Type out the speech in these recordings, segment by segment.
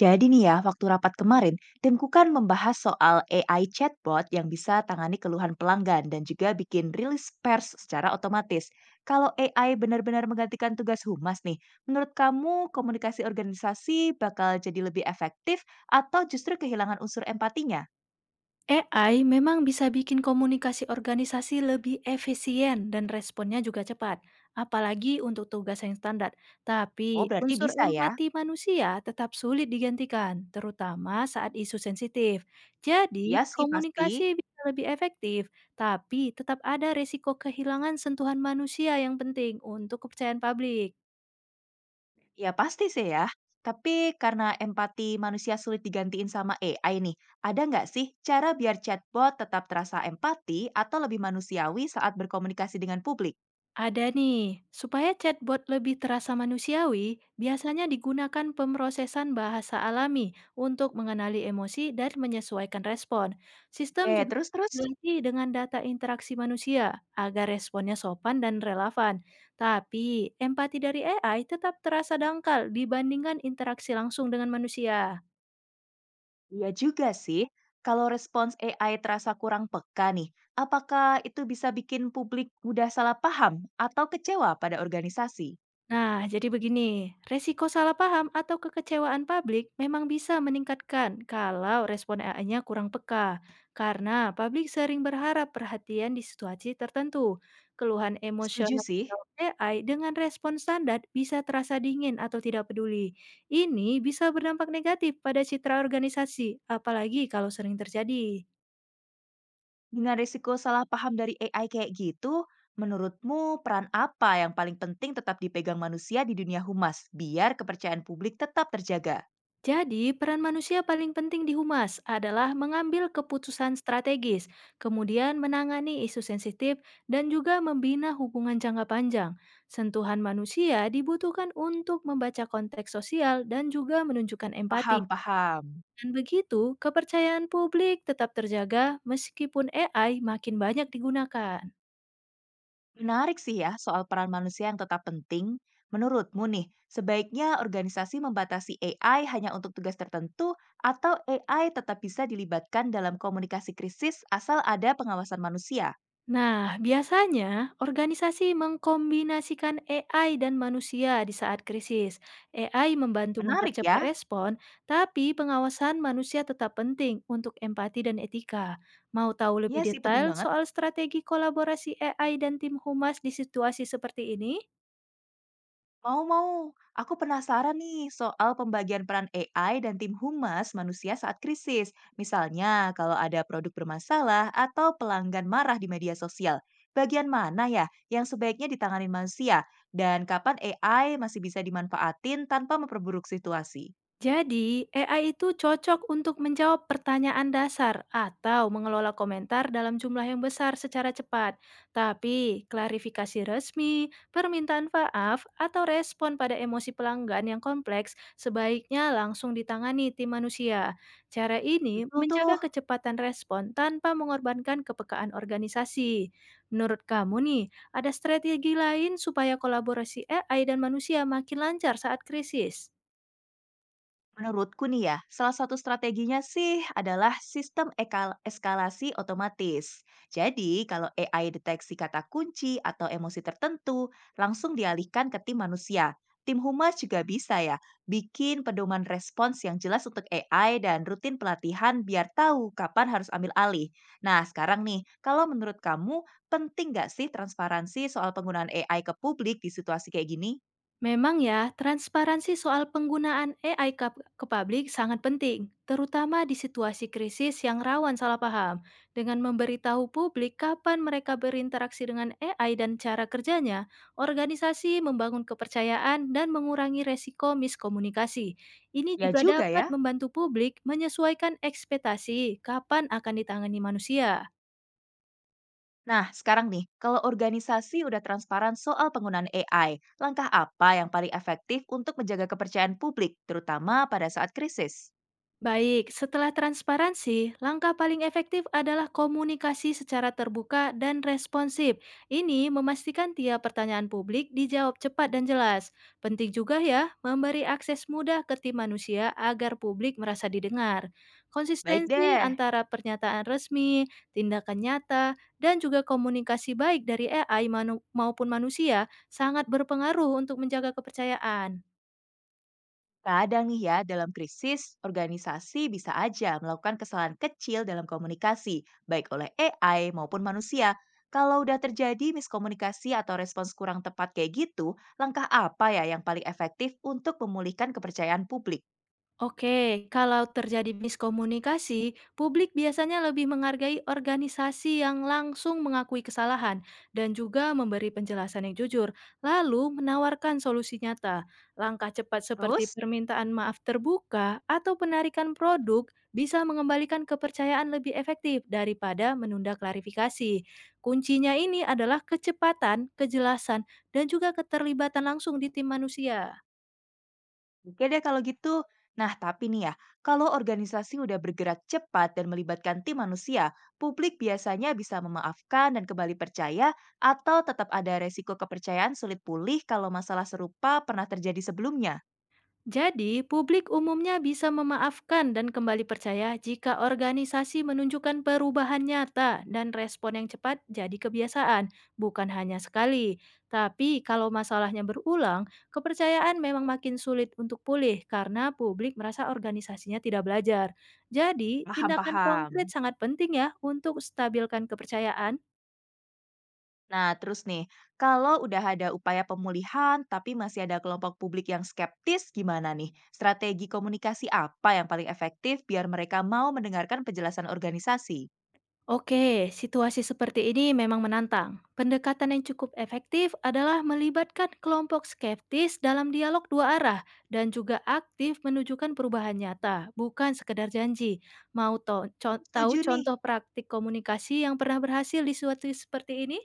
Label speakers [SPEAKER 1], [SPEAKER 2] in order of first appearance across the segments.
[SPEAKER 1] Jadi nih ya, waktu rapat kemarin, timku kan membahas soal AI chatbot yang bisa tangani keluhan pelanggan dan juga bikin rilis pers secara otomatis. Kalau AI benar-benar menggantikan tugas humas nih, menurut kamu komunikasi organisasi bakal jadi lebih efektif atau justru kehilangan unsur empatinya?
[SPEAKER 2] AI memang bisa bikin komunikasi organisasi lebih efisien dan responnya juga cepat, apalagi untuk tugas yang standar.
[SPEAKER 1] Oh,
[SPEAKER 2] Tapi
[SPEAKER 1] berarti
[SPEAKER 2] unsur
[SPEAKER 1] bisa ya?
[SPEAKER 2] empati manusia tetap sulit digantikan, terutama saat isu sensitif.
[SPEAKER 1] Iya
[SPEAKER 2] Jadi,
[SPEAKER 1] sih, pasti.
[SPEAKER 2] komunikasi bisa lebih efektif, tapi tetap ada resiko kehilangan sentuhan manusia yang penting untuk kepercayaan publik.
[SPEAKER 1] Ya pasti sih ya. Tapi karena empati manusia sulit digantiin sama AI nih, ada nggak sih cara biar chatbot tetap terasa empati atau lebih manusiawi saat berkomunikasi dengan publik?
[SPEAKER 2] Ada nih, supaya chatbot lebih terasa manusiawi, biasanya digunakan pemrosesan bahasa alami untuk mengenali emosi dan menyesuaikan respon. Sistem
[SPEAKER 1] Oke,
[SPEAKER 2] juga
[SPEAKER 1] terus-terus?
[SPEAKER 2] dilatih dengan data interaksi manusia agar responnya sopan dan relevan. Tapi, empati dari AI tetap terasa dangkal dibandingkan interaksi langsung dengan manusia.
[SPEAKER 1] Iya juga sih. Kalau respons AI terasa kurang peka nih, apakah itu bisa bikin publik mudah salah paham atau kecewa pada organisasi?
[SPEAKER 2] Nah, jadi begini, resiko salah paham atau kekecewaan publik memang bisa meningkatkan kalau respon AI-nya kurang peka, karena publik sering berharap perhatian di situasi tertentu. Keluhan
[SPEAKER 1] Setuju
[SPEAKER 2] emosional
[SPEAKER 1] sih.
[SPEAKER 2] AI dengan respon standar bisa terasa dingin atau tidak peduli. Ini bisa berdampak negatif pada citra organisasi, apalagi kalau sering terjadi.
[SPEAKER 1] Dengan risiko salah paham dari AI kayak gitu, menurutmu peran apa yang paling penting tetap dipegang manusia di dunia humas biar kepercayaan publik tetap terjaga?
[SPEAKER 2] Jadi, peran manusia paling penting di humas adalah mengambil keputusan strategis, kemudian menangani isu sensitif, dan juga membina hubungan jangka panjang. Sentuhan manusia dibutuhkan untuk membaca konteks sosial dan juga menunjukkan empati.
[SPEAKER 1] Paham, paham.
[SPEAKER 2] Dan begitu, kepercayaan publik tetap terjaga meskipun AI makin banyak digunakan.
[SPEAKER 1] Menarik sih ya soal peran manusia yang tetap penting. Menurutmu nih, sebaiknya organisasi membatasi AI hanya untuk tugas tertentu atau AI tetap bisa dilibatkan dalam komunikasi krisis asal ada pengawasan manusia?
[SPEAKER 2] Nah, biasanya organisasi mengkombinasikan AI dan manusia di saat krisis. AI membantu
[SPEAKER 1] Menarik
[SPEAKER 2] mempercepat
[SPEAKER 1] ya?
[SPEAKER 2] respon, tapi pengawasan manusia tetap penting untuk empati dan etika. Mau tahu
[SPEAKER 1] Ya
[SPEAKER 2] lebih
[SPEAKER 1] sih penting
[SPEAKER 2] detail
[SPEAKER 1] banget.
[SPEAKER 2] soal strategi kolaborasi AI dan tim humas di situasi seperti ini?
[SPEAKER 1] Mau mau, aku penasaran nih soal pembagian peran AI dan tim humas manusia saat krisis. Misalnya, kalau ada produk bermasalah atau pelanggan marah di media sosial, bagian mana ya yang sebaiknya ditangani manusia? Dan kapan AI masih bisa dimanfaatin tanpa memperburuk situasi?
[SPEAKER 2] Jadi, AI itu cocok untuk menjawab pertanyaan dasar atau mengelola komentar dalam jumlah yang besar secara cepat. Tapi, klarifikasi resmi, permintaan maaf, atau respon pada emosi pelanggan yang kompleks sebaiknya langsung ditangani tim manusia. Cara ini
[SPEAKER 1] Betul
[SPEAKER 2] menjaga
[SPEAKER 1] tuh.
[SPEAKER 2] kecepatan respon tanpa mengorbankan kepekaan organisasi. Menurut kamu nih, ada strategi lain supaya kolaborasi AI dan manusia makin lancar saat krisis?
[SPEAKER 1] Menurutku nih ya, salah satu strateginya sih adalah sistem eskalasi otomatis. Jadi, kalau AI deteksi kata kunci atau emosi tertentu, langsung dialihkan ke tim manusia. Tim humas juga bisa ya, bikin pedoman respons yang jelas untuk AI dan rutin pelatihan biar tahu kapan harus ambil alih. Nah, sekarang nih, kalau menurut kamu, penting nggak sih transparansi soal penggunaan AI ke publik di situasi kayak gini?
[SPEAKER 2] Memang ya, transparansi soal penggunaan AI ke publik sangat penting, terutama di situasi krisis yang rawan salah paham. Dengan memberitahu publik kapan mereka berinteraksi dengan AI dan cara kerjanya, organisasi membangun kepercayaan dan mengurangi resiko miskomunikasi. Ini
[SPEAKER 1] Ya
[SPEAKER 2] juga
[SPEAKER 1] juga
[SPEAKER 2] dapat
[SPEAKER 1] ya.
[SPEAKER 2] membantu publik menyesuaikan ekspektasi kapan akan ditangani manusia.
[SPEAKER 1] Nah, sekarang nih, kalau organisasi udah transparan soal penggunaan AI, langkah apa yang paling efektif untuk menjaga kepercayaan publik, terutama pada saat krisis?
[SPEAKER 2] Baik, setelah transparansi, langkah paling efektif adalah komunikasi secara terbuka dan responsif. Ini memastikan tiap pertanyaan publik dijawab cepat dan jelas. Penting juga ya, memberi akses mudah ke tim manusia agar publik merasa didengar.
[SPEAKER 1] Baik
[SPEAKER 2] Konsistensi
[SPEAKER 1] deh,
[SPEAKER 2] antara pernyataan resmi, tindakan nyata, dan juga komunikasi baik dari AI maupun manusia sangat berpengaruh untuk menjaga kepercayaan.
[SPEAKER 1] kadang nih ya, dalam krisis, organisasi bisa aja melakukan kesalahan kecil dalam komunikasi, baik oleh AI maupun manusia. Kalau udah terjadi miskomunikasi atau respons kurang tepat kayak gitu, langkah apa ya yang paling efektif untuk memulihkan kepercayaan publik?
[SPEAKER 2] Oke, kalau terjadi miskomunikasi, publik biasanya lebih menghargai organisasi yang langsung mengakui kesalahan dan juga memberi penjelasan yang jujur, lalu menawarkan solusi nyata. Langkah cepat seperti
[SPEAKER 1] Terus,
[SPEAKER 2] permintaan maaf terbuka atau penarikan produk bisa mengembalikan kepercayaan lebih efektif daripada menunda klarifikasi. Kuncinya ini adalah kecepatan, kejelasan, dan juga keterlibatan langsung di tim manusia.
[SPEAKER 1] Oke deh kalau gitu. Nah, tapi nih ya, kalau organisasi udah bergerak cepat dan melibatkan tim manusia, publik biasanya bisa memaafkan dan kembali percaya atau tetap ada resiko kepercayaan sulit pulih kalau masalah serupa pernah terjadi sebelumnya.
[SPEAKER 2] Jadi, publik umumnya bisa memaafkan dan kembali percaya jika organisasi menunjukkan perubahan nyata dan respon yang cepat jadi kebiasaan, bukan hanya sekali. Tapi, kalau masalahnya berulang, kepercayaan memang makin sulit untuk pulih karena publik merasa organisasinya tidak belajar. Jadi,
[SPEAKER 1] Paham,
[SPEAKER 2] tindakan
[SPEAKER 1] paham.
[SPEAKER 2] konkret sangat penting ya untuk stabilkan kepercayaan.
[SPEAKER 1] Nah, terus nih, kalau udah ada upaya pemulihan tapi masih ada kelompok publik yang skeptis, gimana nih? Strategi komunikasi apa yang paling efektif biar mereka mau mendengarkan penjelasan organisasi?
[SPEAKER 2] Oke, situasi seperti ini memang menantang. Pendekatan yang cukup efektif adalah melibatkan kelompok skeptis dalam dialog dua arah dan juga aktif menunjukkan perubahan nyata, bukan sekedar janji. Mau tahu
[SPEAKER 1] Setuju nih.
[SPEAKER 2] contoh praktik komunikasi yang pernah berhasil di situasi seperti ini?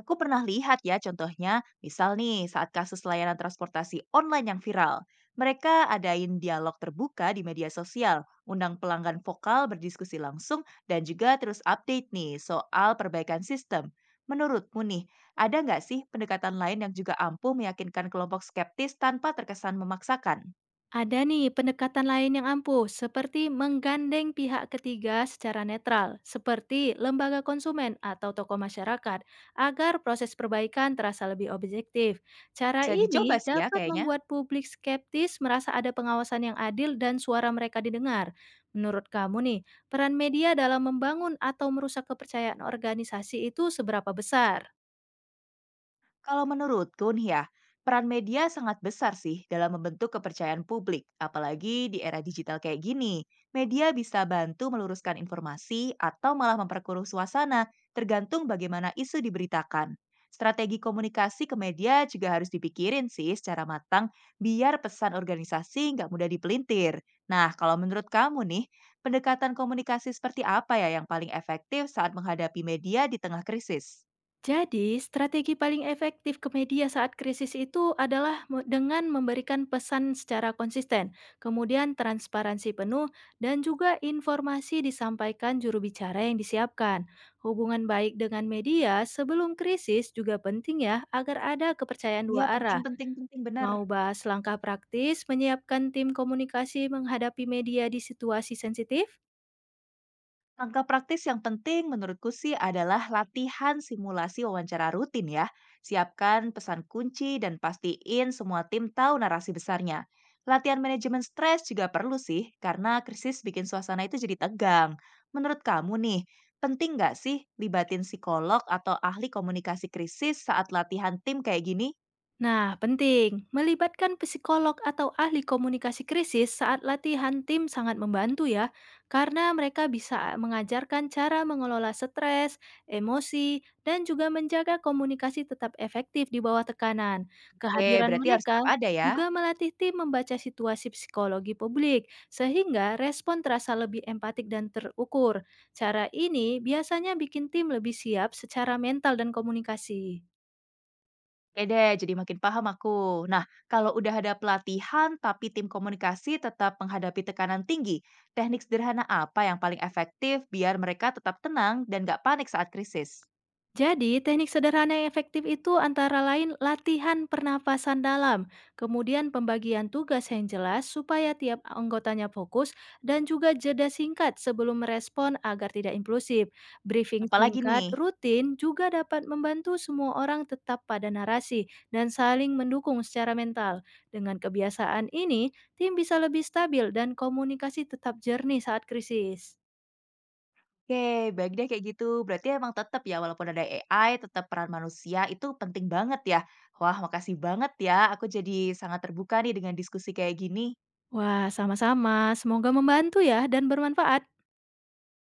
[SPEAKER 1] Aku pernah lihat ya contohnya, misal nih saat kasus layanan transportasi online yang viral. Mereka adain dialog terbuka di media sosial, undang pelanggan vokal berdiskusi langsung, dan juga terus update nih soal perbaikan sistem. Menurutmu nih, ada nggak sih pendekatan lain yang juga ampuh meyakinkan kelompok skeptis tanpa terkesan memaksakan?
[SPEAKER 2] Ada nih pendekatan lain yang ampuh, seperti menggandeng pihak ketiga secara netral, seperti lembaga konsumen atau tokoh masyarakat, agar proses perbaikan terasa lebih objektif. Cara
[SPEAKER 1] Bisa dicoba
[SPEAKER 2] ini
[SPEAKER 1] sih ya
[SPEAKER 2] dapat
[SPEAKER 1] kayaknya.
[SPEAKER 2] membuat publik skeptis merasa ada pengawasan yang adil dan suara mereka didengar. Menurut kamu nih, peran media dalam membangun atau merusak kepercayaan organisasi itu seberapa besar?
[SPEAKER 1] Kalau menurutku nih ya, peran media sangat besar sih dalam membentuk kepercayaan publik, apalagi di era digital kayak gini. Media bisa bantu meluruskan informasi atau malah memperkeruh suasana, tergantung bagaimana isu diberitakan. Strategi komunikasi ke media juga harus dipikirin sih secara matang biar pesan organisasi nggak mudah dipelintir. Nah, kalau menurut kamu nih, pendekatan komunikasi seperti apa ya yang paling efektif saat menghadapi media di tengah krisis?
[SPEAKER 2] Jadi, strategi paling efektif ke media saat krisis itu adalah dengan memberikan pesan secara konsisten, kemudian transparansi penuh, dan juga informasi disampaikan juru bicara yang disiapkan. Hubungan baik dengan media sebelum krisis juga penting ya, agar ada kepercayaan dua
[SPEAKER 1] Ya, penting,
[SPEAKER 2] arah.
[SPEAKER 1] penting, penting, benar.
[SPEAKER 2] Mau bahas langkah praktis menyiapkan tim komunikasi menghadapi media di situasi sensitif?
[SPEAKER 1] Langkah praktis yang penting menurutku sih adalah latihan simulasi wawancara rutin ya. Siapkan pesan kunci dan pastiin semua tim tahu narasi besarnya. Latihan manajemen stres juga perlu sih, karena krisis bikin suasana itu jadi tegang. Menurut kamu nih, penting nggak sih libatin psikolog atau ahli komunikasi krisis saat latihan tim kayak gini?
[SPEAKER 2] Nah, penting, melibatkan psikolog atau ahli komunikasi krisis saat latihan tim sangat membantu ya, karena mereka bisa mengajarkan cara mengelola stres, emosi, dan juga menjaga komunikasi tetap efektif di bawah tekanan.
[SPEAKER 1] Oke,
[SPEAKER 2] Kehadiran
[SPEAKER 1] berarti harus tetap
[SPEAKER 2] mereka
[SPEAKER 1] ada ya.
[SPEAKER 2] juga melatih tim membaca situasi psikologi publik, sehingga respon terasa lebih empatik dan terukur. Cara ini biasanya bikin tim lebih siap secara mental dan komunikasi.
[SPEAKER 1] Oke deh, jadi makin paham aku. Nah, kalau udah ada pelatihan tapi tim komunikasi tetap menghadapi tekanan tinggi, teknik sederhana apa yang paling efektif biar mereka tetap tenang dan nggak panik saat krisis?
[SPEAKER 2] Jadi, teknik sederhana yang efektif itu antara lain latihan pernafasan dalam, kemudian pembagian tugas yang jelas supaya tiap anggotanya fokus, dan juga jeda singkat sebelum merespon agar tidak impulsif. Briefing
[SPEAKER 1] Apalagi
[SPEAKER 2] singkat
[SPEAKER 1] nih?
[SPEAKER 2] rutin juga dapat membantu semua orang tetap pada narasi dan saling mendukung secara mental. Dengan kebiasaan ini, tim bisa lebih stabil dan komunikasi tetap jernih saat krisis.
[SPEAKER 1] Oke, baik deh kayak gitu. Berarti emang tetap ya, walaupun ada AI, tetap peran manusia itu penting banget ya. Wah, makasih banget ya. Aku jadi sangat terbuka nih dengan diskusi kayak gini.
[SPEAKER 2] Wah, sama-sama. Semoga membantu ya dan bermanfaat.